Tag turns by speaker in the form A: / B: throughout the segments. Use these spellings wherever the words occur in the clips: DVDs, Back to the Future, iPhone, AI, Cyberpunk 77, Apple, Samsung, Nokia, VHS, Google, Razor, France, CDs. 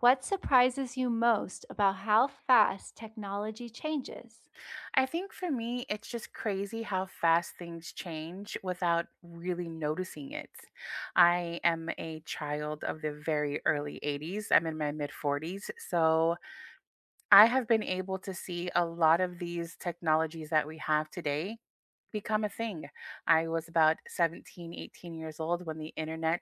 A: What surprises you most about how fast technology changes?
B: I think for me, it's just crazy how fast things change without really noticing it. I am a child of the very early 80s. I'm in my mid 40s. So I have been able to see a lot of these technologies that we have today become a thing. I was about 17, 18 years old when the internet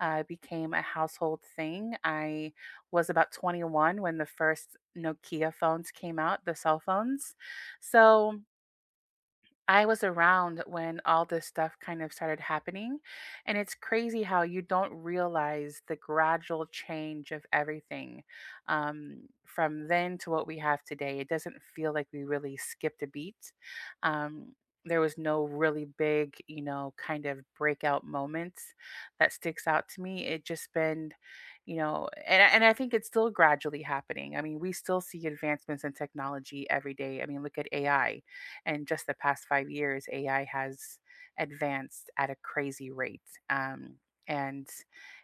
B: became a household thing. I was about 21 when the first Nokia phones came out, the cell phones. So I was around when all this stuff kind of started happening. And it's crazy how you don't realize the gradual change of everything from then to what we have today. It doesn't feel like we really skipped a beat. Um, there was no really big, kind of breakout moments that sticks out to me. It just been, and I think it's still gradually happening. I mean, we still see advancements in technology every day. I mean, look at AI in just the past five years, AI has advanced at a crazy rate. Um, and,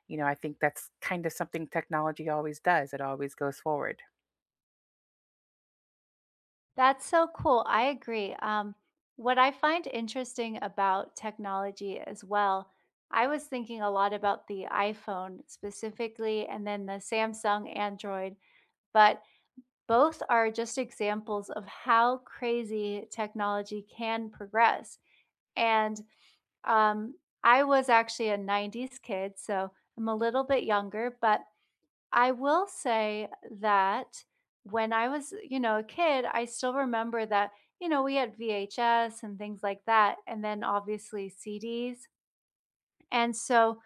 B: I think that's kind of something technology always does, it always goes forward.
A: That's so cool. I agree. What I find interesting about technology as well, I was thinking a lot about the iPhone specifically and then the Samsung Android, but both are just examples of how crazy technology can progress. And um, I was actually a 90s kid, so I'm a little bit younger, but I will say that when I was, you know, a kid, I still remember that, you know, we had VHS and things like that, and then obviously CDs. And so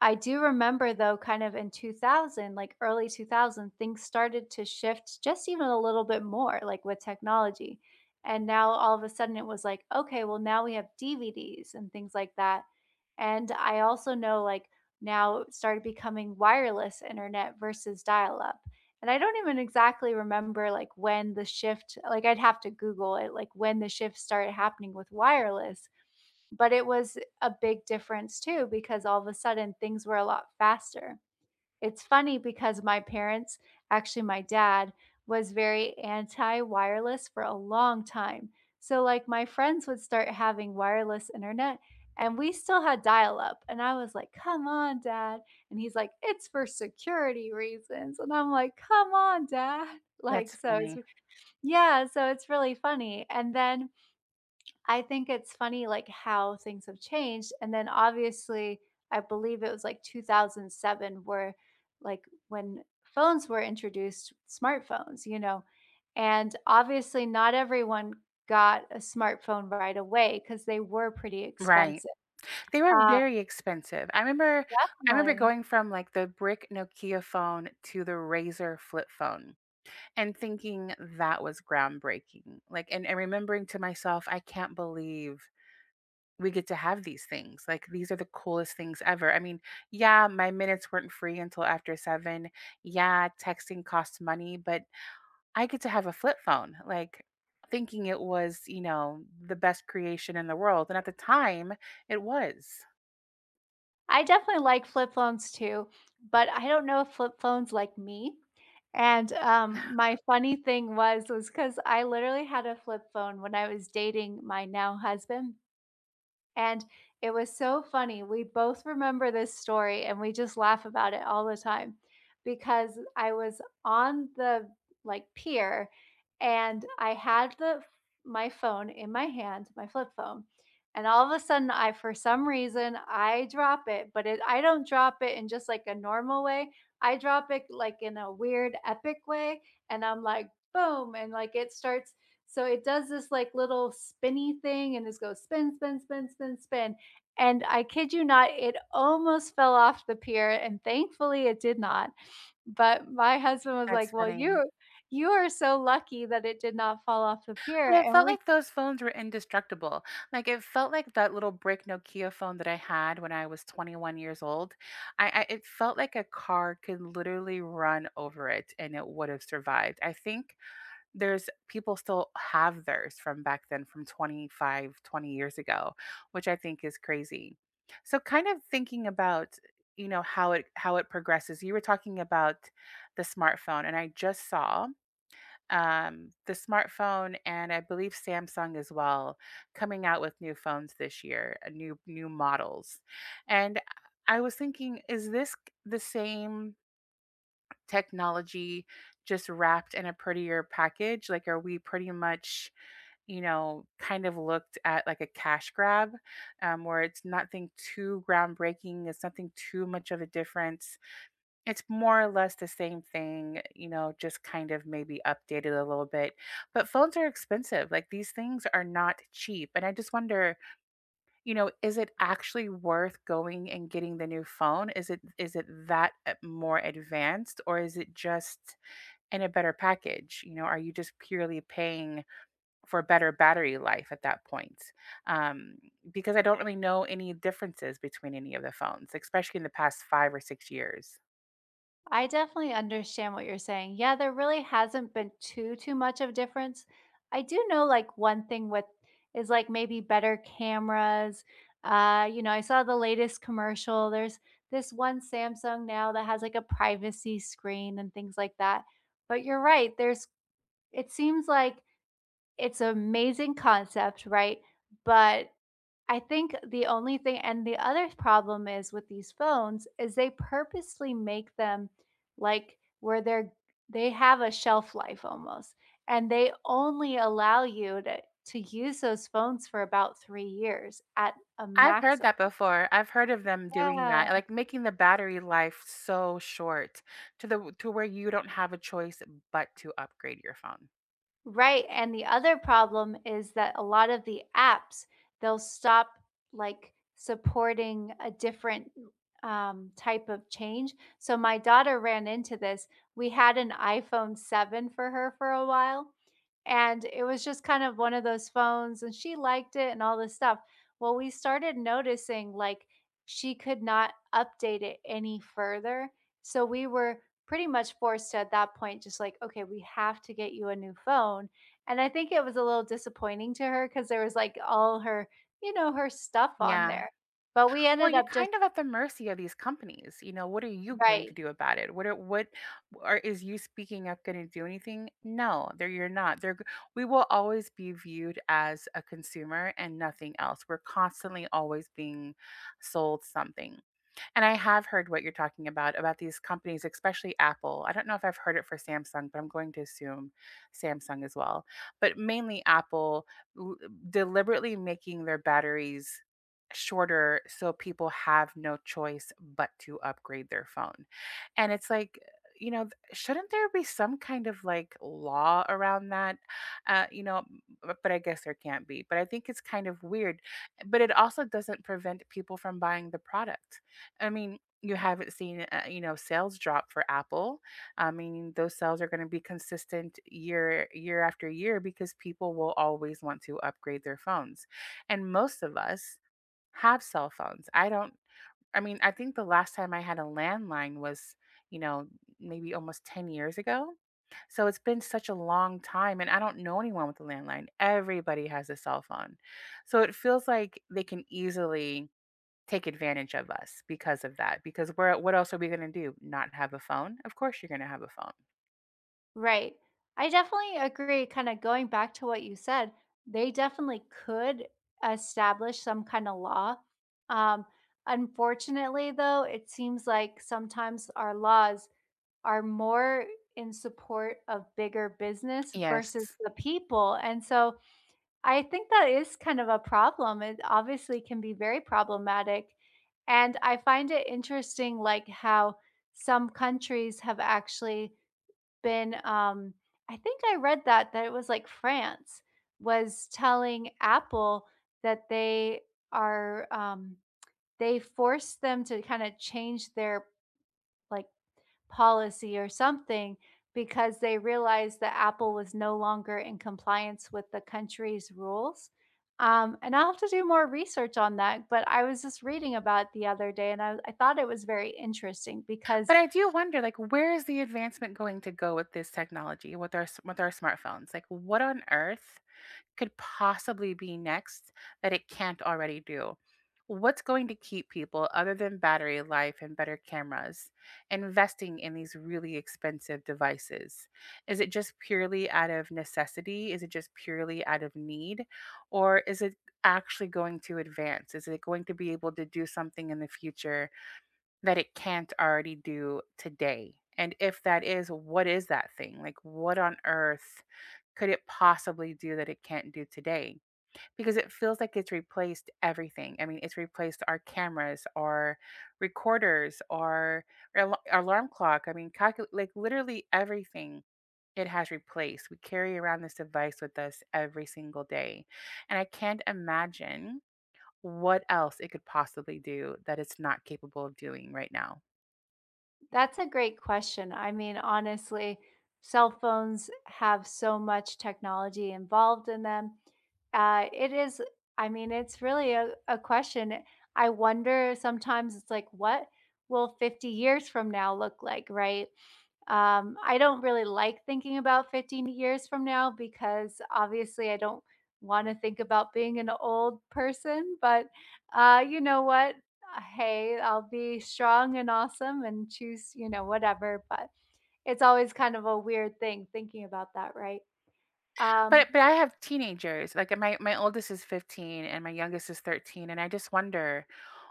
A: I do remember though kind of in 2000, like early 2000, things started to shift just even a little bit more like with technology. And now all of a sudden it was like, okay, well now we have DVDs and things like that. And I also know like now it started becoming wireless internet versus dial up. And I don't even exactly remember like when the shift, like I'd have to Google it, like when the shift started happening with wireless. But it was a big difference too because all of a sudden things were a lot faster. It's funny because my parents, actually my dad was very anti-wireless for a long time. So like my friends would start having wireless internet and we still had dial up and I was like, "Come on, dad." And he's like, "It's for security reasons." And I'm like, "Come on, dad." Like
B: That's
A: so
B: funny.
A: so it's really funny. And then I think it's funny, like, how things have changed, and then obviously, I believe it was, like, 2007 where, like, when phones were introduced, smartphones, you know, and obviously not everyone got a smartphone right away because they were pretty
B: Right.
A: expensive.
B: They were
A: Uh,
B: very expensive. I remember
A: Definitely.
B: going from like the brick Nokia phone to the Razor flip phone and thinking that was groundbreaking. Like and remembering to myself, I can't believe we get to have these things. Like these are the coolest things ever. I mean, yeah, my minutes weren't free until after 7. Yeah, texting costs money, but I get to have a flip phone. Like thinking it was the best creation in the world, and at the time, it was.
A: I definitely like flip phones too, but I don't know if flip phones like me. And My funny thing was because I literally had a flip phone when I was dating my now husband. And it was so funny. We both remember this story and we just laugh about it all the time because I was on the like pier and I had the my phone in my hand, my flip phone. And all of a sudden I for some reason I drop it, but it I don't drop it in just like a normal way. I drop it like in a weird epic way and I'm like boom and like it starts so it does this like little spinny thing and this goes spin, spin, spin, spin, spin. And I kid you not, it almost fell off the pier and thankfully it did not. But my husband was
B: That's
A: like, "Well,
B: funny.
A: you are so lucky that it did not fall off the pier."
B: But it
A: And
B: felt
A: we
B: like those phones were indestructible. Like, it felt like that little brick Nokia phone that I had when I was 21 years old. I it felt like a car could literally run over it and it would have survived. I think there's people still have theirs from back then from 25, 20 years ago, which I think is crazy. So kind of thinking about how it progresses. You were talking about the smartphone and I just saw the smartphone and I believe Samsung as well coming out with new phones this year, new models. And I was thinking, the same technology just wrapped in a prettier package? Like, are we pretty much, kind of looked at like a cash grab, where it's nothing too groundbreaking, it's nothing too much of a difference? It's more or less the same thing, just kind of maybe updated a little bit. But phones are expensive. Like these things are not cheap. And I just wonder, is it actually worth going and getting the new phone? Is it that more advanced or is it just in a better package? You know, are you just purely paying for better battery life at that point? Um, because I don't really know any differences between any of the phones, especially in the past five or six years.
A: I definitely understand what you're saying. Yeah, there really hasn't been too much of a difference. I do know like one thing with is like maybe better cameras. You know, I saw the latest commercial. There's this one Samsung now that has like a privacy screen and things like that. But you're right. There's it seems like it's an amazing concept, right? But I think the only thing and the other problem is with these phones is they purposely make them like where they have a shelf life almost, and they only allow you to use those phones for about 3 years at a
B: I've heard
A: maximum.
B: that before. I've heard of them doing
A: Yeah.
B: that, like, making the battery life so short to the to where you don't have a choice but to upgrade your phone.
A: Right, and the other problem is that a lot of the apps, they'll stop, like, supporting a different, type of change. So my daughter ran into this. We had an iPhone 7 for her for a while, and it was just kind of one of those phones, and she liked it and all this stuff. Well, we started noticing, like, she could not update it any further, so we were pretty much forced to, at that point, just like, "Okay, we have to get you a new phone." And I think it was a little disappointing to her because there was, like, all her you know, her stuff on
B: Yeah.
A: there. But we
B: Well,
A: ended
B: you're
A: up just
B: kind of at the mercy of these companies, you know, what are you going to
A: right,
B: do about it? What are what or is you speaking up gonna do anything? No, there you're not. They're g We will always be viewed as a consumer and nothing else. We're constantly always being sold something. And I have heard what you're talking about these companies, especially Apple. I don't know if I've heard it for Samsung, but I'm going to assume Samsung as well. But mainly Apple l- deliberately making their batteries shorter so people have no choice but to upgrade their phone. And it's like, you know, shouldn't there be some kind of like law around that? Uh, you know, but I guess there can't be. But I think it's kind of weird but it also doesn't prevent people from buying the product. I mean, you haven't seen, sales drop for Apple. I mean, those sales are going to be consistent year after year because people will always want to upgrade their phones. And most of us have cell phones. I don't I mean, I think the last time I had a landline was, you know, maybe almost 10 years ago. So it's been such a long time and I don't know anyone with a landline. Everybody has a cell phone. So it feels like they can easily take advantage of us because of that, because we're, what else are we gonna do? Not have a phone? Of course you're gonna have a phone.
A: right. I definitely agree, kinda going back to what you said, they definitely could establish some kinda law. Um, Unfortunately, though, it seems like sometimes our laws are more in support of bigger business versus
B: Yes.
A: the people, and so I think that is kind of a problem. It obviously can be very problematic, and I find it interesting, like, how some countries have actually been, um I think I read that it was, like, France was telling Apple that are, um they forced them to kinda change their, like, policy or something because they realized that Apple was no longer in compliance with the country's rules. And I'll have to do more research on that. But I was just reading about it the other day and I thought it was very interesting because
B: But I do wonder, like, where is the advancement going to go with this technology, with our s with our smartphones? Like, what on earth could possibly be next that it can't already do? What's going to keep people, other than battery life and better cameras, investing in these really expensive devices? Is it just purely out of necessity? Is it just purely out of need? Or is it actually going to advance? Is it going to be able to do something in the future that it can't already do today? And if that is, what is that thing? Like, what on earth could it possibly do that it can't do today? Because it feels like it's replaced everything. I mean, it's replaced our cameras, our recorders, our al- our alarm clock. I mean, calcul- like literally everything it has replaced. We carry around this device with us every single day. And I can't imagine what else it could possibly do that it's not capable of doing right now.
A: that's a great question. I mean, honestly, cell phones have so much technology involved in them. Uh, it is, I mean, it's really a question. I wonder sometimes it's like, what will 50 years from now look like, right? I don't really like thinking about 15 years from now because obviously I don't want to think about being an old person, but you know what? Hey, I'll be strong and awesome and choose, you know, whatever. But it's always kind of a weird thing thinking about that, right? Um,
B: But I have teenagers, like, my oldest is 15 and my youngest is 13, and I just wonder,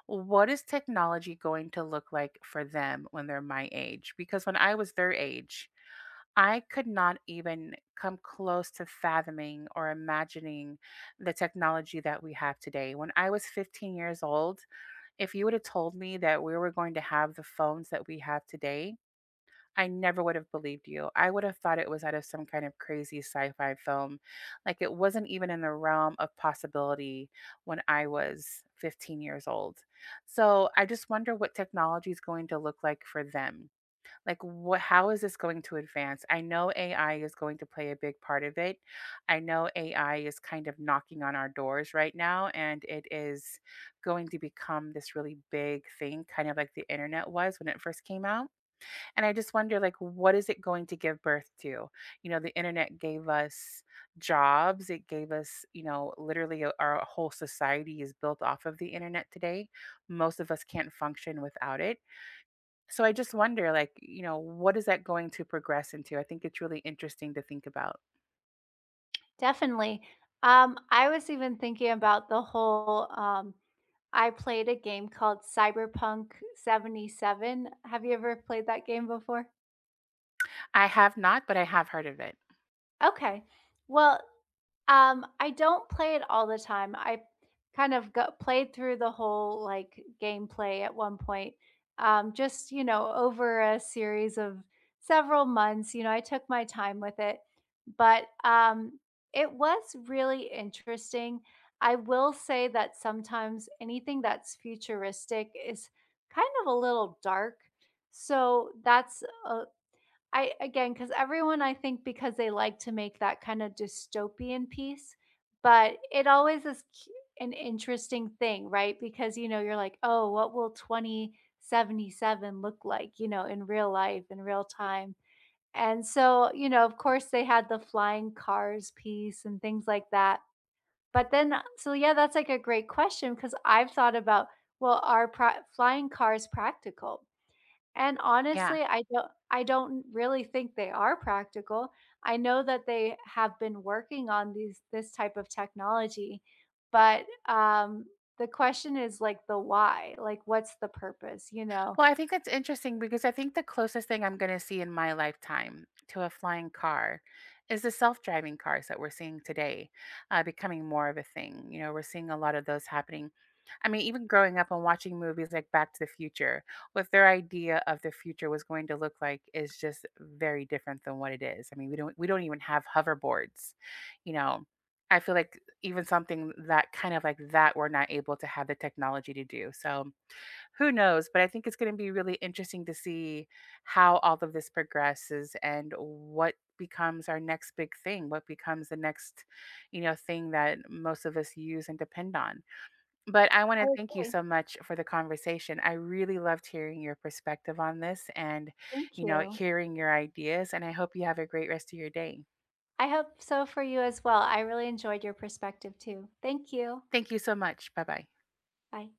B: what is technology going to look like for them when they're my age? Because when I was their age, I could not even come close to fathoming or imagining the technology that we have today. When I was 15 years old, if you would have told me that we were going to have the phones that we have today, I never would have believed you. I would have thought it was out of some kind of crazy sci-fi film. Like it wasn't even in the realm of possibility when I was 15 years old. So I just wonder what technology is going to look like for them. Like what How is this going to advance? I know AI is going to play a big part of it. I know AI is kind of knocking on our doors right now and it is going to become this really big thing, kind of like the internet was when it first came out and I just wonder, like, what is it going to give birth to? You know, the internet gave us jobs. It gave us, our whole society is built off of the internet today. Most of us can't function without it. So I just wonder, like, what is that going to progress into? I think it's really interesting to think about.
A: Definitely. I was even thinking about the whole I played a game called Cyberpunk 77. Have you ever played that game before?
B: I have not, but I have heard of it.
A: Okay. Well, I don't play it all the time. I kind of go played through the whole like gameplay at one point. Just, you know, over a series of several months, you know, I took my time with it. But It was really interesting. I will say that sometimes anything that's futuristic is kind of a little dark. So that's a, I again, because everyone I think because they like to make that kind of dystopian piece, but it always is cu an interesting thing, right? Because, you know, you're like, "Oh, what will 2077 look like, you know, in real life, in real time?" And so, you know, of course, they had the flying cars piece and things like that. But then yeah, that's like a great question because 'cause I've thought about, well, are pra flying cars practical? And
B: Yeah.
A: honestly, I don't really think they are practical. I know that they have been working on these this type of technology, but the question is like the why, like what's the purpose, you know?
B: Well, I think that's interesting because I think the closest thing I'm going to see in my lifetime to a flying car is the self-driving cars that we're seeing today, becoming more of a thing. You know, we're seeing a lot of those happening. I mean, even growing up and watching movies like Back to the Future, what their idea of the future was going to look like is just very different than what it is. I mean, we don't even have hoverboards, you know. I feel like even something that kind of like that we're not able to have the technology to do. So who knows? But I think it's going to be really interesting to see how all of this progresses and what becomes our next big thing, what becomes the next, thing that most of us use and depend on. But I want
A: I
B: to thank you
A: agree.
B: so much for the conversation. I really loved hearing your perspective on this and,
A: Thank you.
B: hearing your ideas. And I hope you have a great rest of your day.
A: I hope so for you as well. I really enjoyed your perspective too. Thank you.
B: Thank you so much. Bye bye.
A: Bye.